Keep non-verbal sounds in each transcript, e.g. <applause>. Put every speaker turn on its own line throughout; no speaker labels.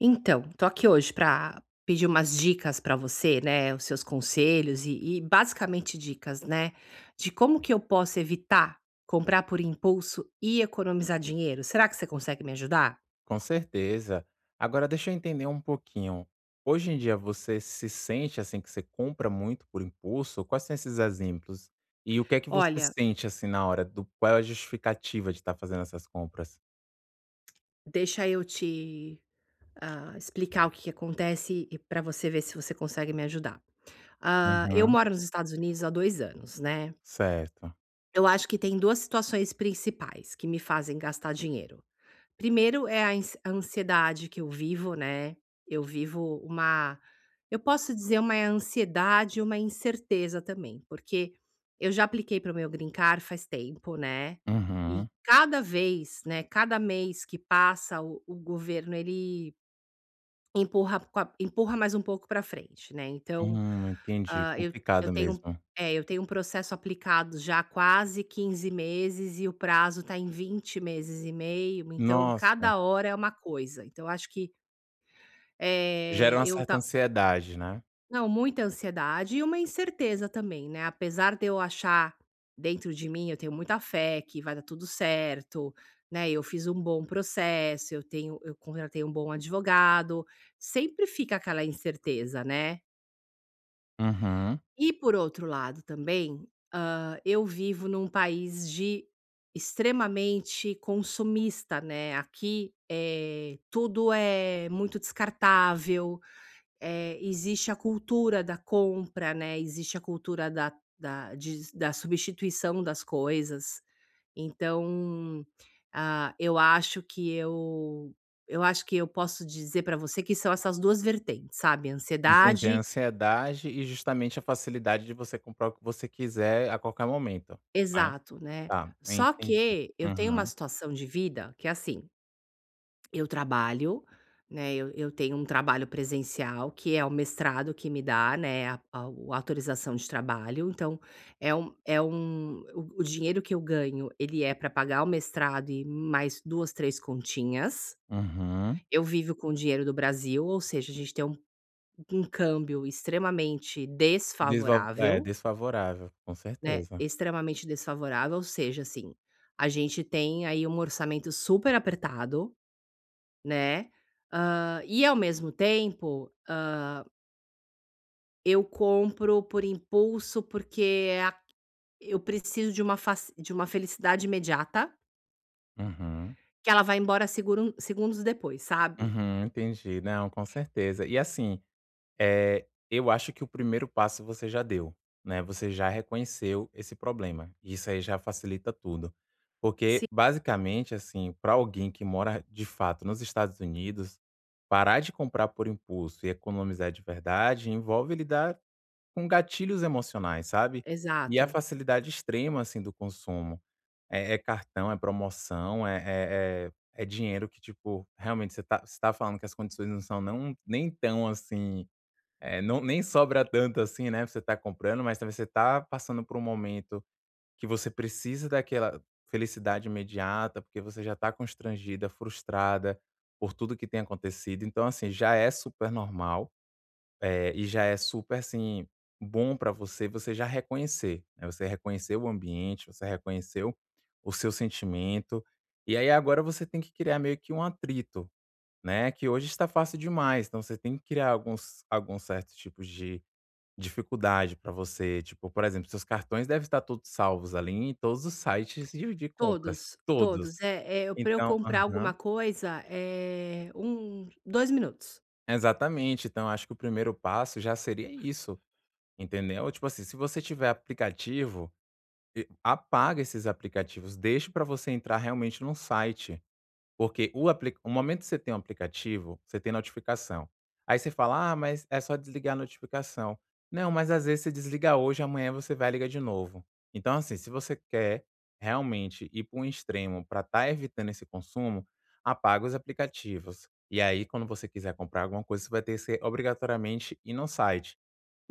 Então, tô aqui hoje pra pedir umas dicas pra você, né, os seus conselhos e basicamente dicas, né, de como que eu posso evitar comprar por impulso e economizar dinheiro. Será que você consegue me ajudar?
Com certeza. Agora deixa eu entender um pouquinho. Hoje em dia você se sente assim que você compra muito por impulso? Quais são esses exemplos? E o que é que você
Olha,
sente assim na hora? Do qual é a justificativa de estar fazendo essas compras?
deixa eu te explicar o que que acontece e para você ver se você consegue me ajudar. Eu
Uhum.
moro nos Estados Unidos há 2 anos, né.
Certo.
Eu acho que tem 2 situações principais que me fazem gastar dinheiro. Primeiro é a ansiedade que eu vivo, né, eu vivo uma eu posso dizer uma ansiedade, uma incerteza também, porque eu já apliquei para o meu green card faz tempo, né, e
Uhum.
cada vez, né, cada mês que passa o governo ele Empurra com a empurra mais um pouco para frente, né, então.
Entendi.
hã, eu eu
Complicado
tenho
mesmo.
é, eu tenho um processo aplicado já há quase 15 meses e o prazo está em 20 meses e meio, então
Nossa,
cada hora é uma coisa. Então eu acho que,
gera
eh,
uma
eu ta
certa ansiedade, né?
não, muita ansiedade e uma incerteza também, né, apesar de eu achar dentro de mim, eu tenho muita fé que vai dar tudo certo, né, eu fiz um bom processo, eu contratei um bom advogado, sempre fica aquela incerteza, né.
Uhum.
E por outro lado também, eu vivo num país de extremamente consumista, né, aqui, é tudo, é muito descartável, existe a cultura da compra, né, existe a cultura da substituição das coisas. Então, ah, eu acho que eu eu acho que eu posso dizer para você que são essas 2 vertentes, sabe,
Entendi. A
ansiedade.
ansiedade e justamente a facilidade de você comprar o que você quiser a qualquer momento, né?
Exato, né.
Tá,
Só
entendi.
que eu tenho uma
Uhum,
situação de vida que é assim. Eu trabalho, né, eu tenho um trabalho presencial, que é o mestrado que me dá, né, a autorização de trabalho, então o dinheiro que eu ganho, ele é para pagar o mestrado e mais 2 3 continhas.
uhum.
Eu vivo com o dinheiro do Brasil, ou seja, a gente tem um câmbio extremamente
Desva é,
desfavorável,
desfavorável, com
né,
certeza.
extremamente desfavorável, ou seja, assim, a gente tem aí um orçamento super apertado, né. E ao mesmo tempo, eu compro por impulso, porque é a eu preciso de uma faci de uma felicidade imediata,
Uhum,
que ela vai embora segurun segundos depois, sabe.
uhum. entendi. Não, com certeza. E assim, eu acho que o primeiro passo você já deu, né, você já reconheceu esse problema, e isso aí já facilita tudo. Porque,
Sim,
basicamente, assim, para alguém que mora, de fato, nos Estados Unidos, parar de comprar por impulso e economizar de verdade envolve lidar com gatilhos emocionais, sabe. E a
exato.
facilidade extrema, assim, do consumo. É cartão, é promoção, é dinheiro que, tipo, realmente você tá falando que as condições não são nem tão assim, não nem sobra tanto assim, né, pra você tá comprando, mas também você tá passando por um momento que você precisa daquela felicidade imediata, porque você já tá constrangida, frustrada por tudo que tem acontecido. Então, assim, já é super normal. É, e já é super, assim, bom para você, você já reconhecer, né, você reconheceu o ambiente, você reconheceu o seu sentimento, e aí agora você tem que criar meio que um atrito, né, que hoje está fácil demais, então você tem que criar alguns certos tipos de dificuldade para você, tipo, por exemplo, seus cartões devem estar todos salvos ali em todos os sites de compras,
Todos, todos.
todos.
É, pra eu
Então
comprar alguma
aham.
coisa, é um 2 minutos.
Exatamente, então acho que o primeiro passo já seria isso. Entendeu? Tipo assim, se você tiver aplicativo, e apaga esses aplicativos, deixa para você entrar realmente num site, porque o momento que você tem um aplicativo, você tem notificação. Aí você fala: "Ah, mas é só desligar a notificação". Não, mas às vezes você desliga hoje, amanhã você vai ligar de novo. Então assim, se você quer realmente ir para um extremo para estar evitando esse consumo, apaga os aplicativos. E aí quando você quiser comprar alguma coisa, você vai ter que ser obrigatoriamente ir no site.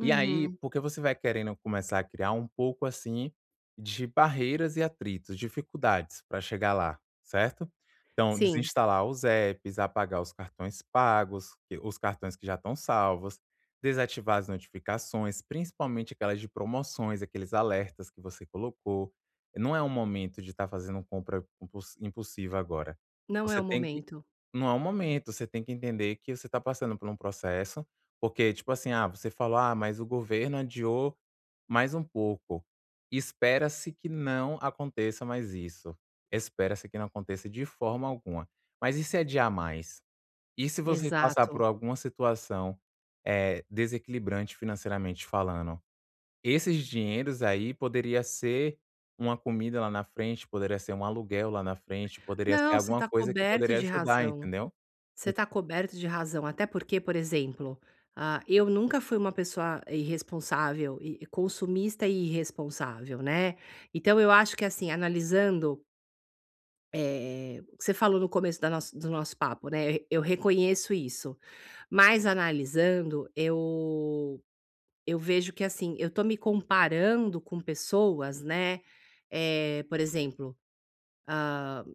E aí, porque você vai querendo começar a criar um pouco assim de barreiras e atritos, dificuldades para chegar lá, certo? Então,
Sim,
desinstalar os apps, apagar os cartões pagos, os cartões que já estão salvos, desativar as notificações, principalmente aquelas de promoções, aqueles alertas que você colocou. Não é um momento de estar fazendo compra impulsiva agora.
não é
Você
o
tem que
momento.
não é o momento, você tem que entender que você está passando por um processo, porque tipo assim, ah, você falou: "Ah, mas o governo adiou mais um pouco". Espera-se que não aconteça mais isso, espera-se que não aconteça de forma alguma. Mas e se adiar mais? E se você passar por
Exato.
alguma situação, desequilibrante financeiramente falando? Esses dinheiros aí poderia ser uma comida lá na frente, poderia ser um aluguel lá na frente, poderia ser
Não, você
alguma
está
coisa que
coberto
poderia
de
ajudar,
razão.
entendeu?
Você está coberto de razão, até porque, por exemplo, eu nunca fui uma pessoa irresponsável e consumista e irresponsável, né. Então eu acho que, assim, analisando, o que você falou no começo da nossa do nosso papo, né, eu reconheço isso. Mas analisando, eu vejo que, assim, eu tô me comparando com pessoas, né, por exemplo, hã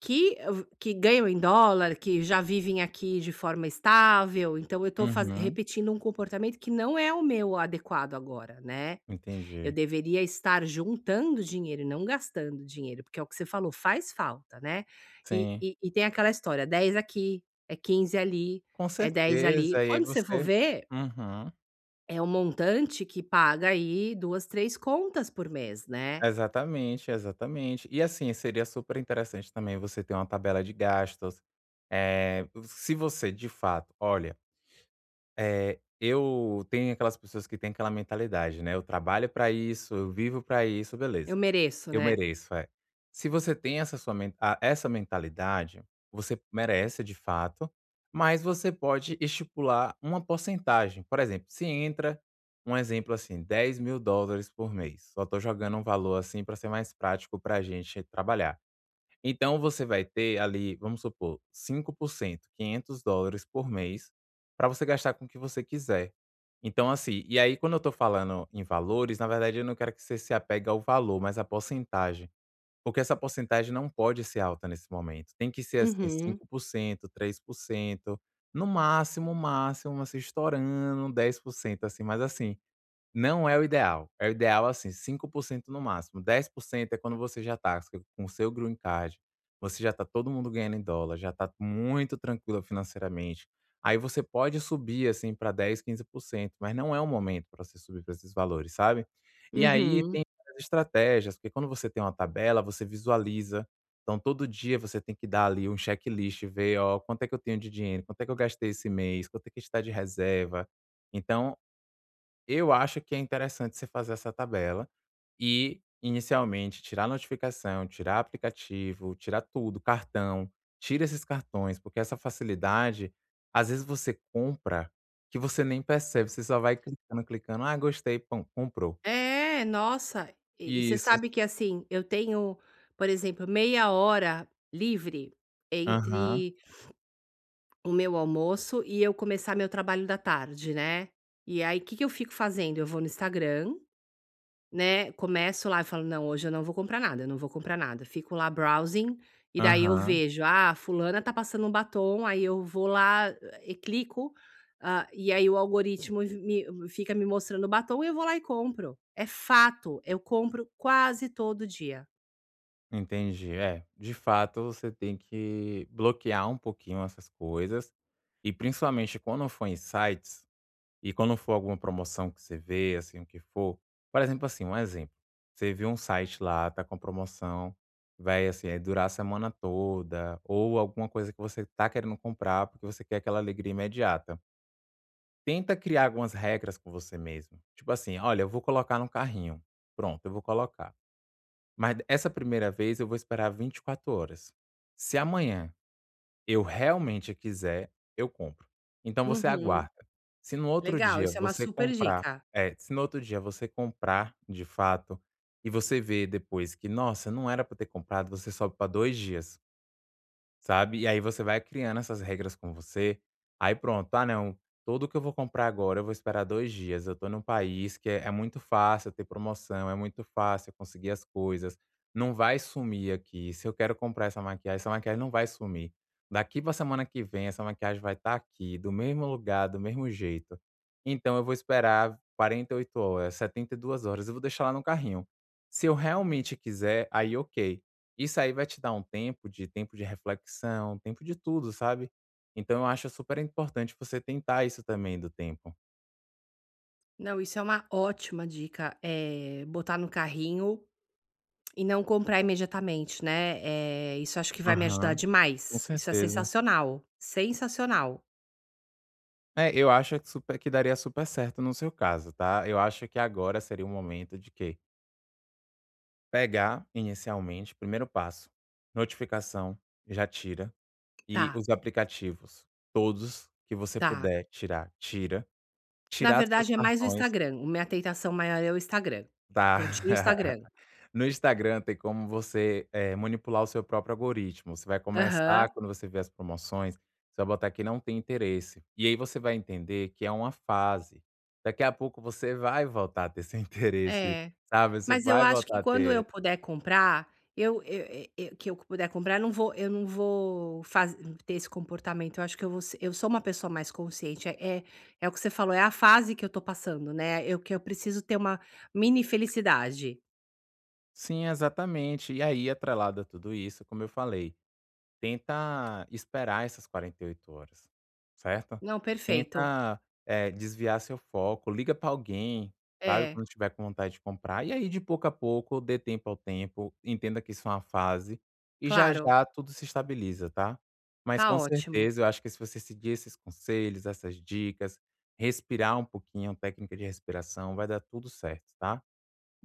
que que ganham em dólar, que já vivem aqui de forma estável, então eu estou
Uhum,
repetindo um comportamento que não é o meu adequado agora, né. Eu
entendi.
deveria estar juntando dinheiro e não gastando dinheiro, porque é o que você falou, faz falta, né. E
Sim,
e e tem aquela história: 10 aqui, é 15 ali,
com
é 10 ali,
certeza. E aí
quando você for
você
ver,
uhum.
é um montante que paga aí 2, 3 contas por mês, né.
Exatamente, exatamente. E assim, seria super interessante também você ter uma tabela de gastos. É se você de fato, olha, é eu tenho aquelas pessoas que têm aquela mentalidade, né, eu trabalho para isso, eu vivo para isso,
Eu
beleza.
mereço,
Eu
né.
mereço, é. Se você tem essa mentalidade, você merece de fato, mas você pode estipular uma porcentagem. Por exemplo, se entra, um exemplo assim, US$ 10.000 por mês, só tô jogando um valor assim para ser mais prático pra gente trabalhar. Então você vai ter ali, vamos supor, 5%, US$ 500 por mês para você gastar com o que você quiser. Então assim, e aí quando eu tô falando em valores, na verdade eu não quero que você se apegue ao valor, mas à porcentagem, porque essa porcentagem não pode ser alta nesse momento. Tem que ser assim
Uhum,
5%, 3%, no máximo, máximo, assim, estourando 10%, assim, mas assim, não é o ideal. É o ideal, assim, 5% no máximo. 10% é quando você já tá com o seu green card, você já tá todo mundo ganhando em dólar, já tá muito tranquilo financeiramente. Aí você pode subir, assim, para 10, 15%, mas não é o momento para você subir para esses valores, sabe. E aí
uhum.
tem várias estratégias, porque quando você tem uma tabela, você visualiza. Então todo dia você tem que dar ali um checklist, ver: "Ó, quanto é que eu tenho de dinheiro? Quanto é que eu gastei esse mês? Quanto é que está de reserva?". Então eu acho que é interessante você fazer essa tabela e, inicialmente, tirar notificação, tirar aplicativo, tirar tudo, cartão, tira esses cartões, porque essa facilidade, às vezes você compra que você nem percebe, você só vai clicando, clicando, "ah, gostei", pum, comprou.
É, nossa. E você
Isso.
sabe que, assim, eu tenho, por exemplo, meia hora livre
Aham,
entre o meu almoço e eu começar meu trabalho da tarde, né. E aí, o que que eu fico fazendo? Eu vou no Instagram, né, começo lá e falo: "Não, hoje eu não vou comprar nada, eu não vou comprar nada". Fico lá browsing, e daí eu
aham.
vejo: "Ah, fulana tá passando um batom", aí eu vou lá, e clico, e aí o algoritmo me fica me mostrando o batom e eu vou lá e compro. É fato, eu compro quase todo dia.
entendi. É, de fato você tem que bloquear um pouquinho essas coisas, e principalmente quando for em sites e quando for alguma promoção que você vê, assim, o que for por exemplo, assim, um exemplo, você viu um site lá, tá com promoção, vai, assim, aí durar a semana toda, ou alguma coisa que você tá querendo comprar, porque você quer aquela alegria imediata. Tenta criar algumas regras com você mesmo. Tipo assim: "Olha, eu vou colocar no carrinho. Pronto, eu vou colocar. Mas essa primeira vez eu vou esperar 24 horas. Se amanhã eu realmente quiser, eu compro. Então você
Uhum.
aguarda. Se no outro
Legal,
dia
isso é uma
você
super
comprar
dica.
é, se no outro dia você comprar, de fato, e você vê depois que: "Nossa, não era para ter comprado", você sobe para 2 dias. Sabe, e aí você vai criando essas regras com você, aí pronto: "Ah não, tudo que eu vou comprar agora eu vou esperar 2 dias, eu tô num país que é muito fácil ter promoção, é muito fácil conseguir as coisas, não vai sumir aqui, se eu quero comprar essa maquiagem não vai sumir. Daqui pra semana que vem essa maquiagem vai estar aqui, do mesmo lugar, do mesmo jeito. Então eu vou esperar 48 horas, 72 horas, eu vou deixar lá no carrinho. Se eu realmente quiser, aí ok, isso aí vai te dar um tempo de reflexão, tempo de tudo, sabe. Então eu acho super importante você tentar isso também do tempo.
Não, isso é uma ótima dica, botar no carrinho e não comprar imediatamente, né, isso acho que vai me ajudar
Aham, com
demais. Isso é
certeza.
sensacional, sensacional.
É, eu acho que daria super certo no seu caso, tá. Eu acho que agora seria o momento de quê? Pegar inicialmente, primeiro passo, notificação, já tira, e
Tá,
os aplicativos, todos que você
tá.
puder tirar, tira.
Na
Tirar dos seus
verdade é mais o
cartões
Instagram, o minha tentação maior é o Instagram.
tá.
Então tira o Instagram.
<laughs> No Instagram tem como você, manipular o seu próprio algoritmo. Você vai começar,
Aham,
quando você vê as promoções, você vai botar que não tem interesse. E aí você vai entender que é uma fase. Daqui a pouco você vai voltar a ter esse <laughs> interesse,
é.
sabe, você
Mas eu
vai
acho que
voltar a
quando eu
ter
puder comprar, eu e que eu puder comprar, eu não vou faz ter esse comportamento, eu acho que eu vou se eu sou uma pessoa mais consciente, é o que você falou, é a fase que eu tô passando, né, eu que eu preciso ter uma mini felicidade.
sim, exatamente. E aí, atrelado a tudo isso, como eu falei, tenta esperar essas 48 horas, certo?
Não, perfeito.
Tenta, desviar seu foco, liga para alguém, sabe,
É,
quando estiver com vontade de comprar, e aí de pouco a pouco, dê tempo ao tempo, entenda que isso é uma fase, e já
claro.
já tudo se estabiliza, tá? Mas
Tá
com
ótimo,
certeza eu acho que se você seguir esses conselhos, essas dicas, respirar um pouquinho, técnica de respiração, vai dar tudo certo, tá?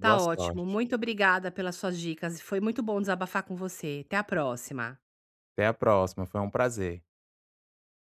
tá ótimo.
sorte.
Muito obrigada pelas suas dicas, foi muito bom desabafar com você. Até a próxima.
Até a próxima, foi um prazer.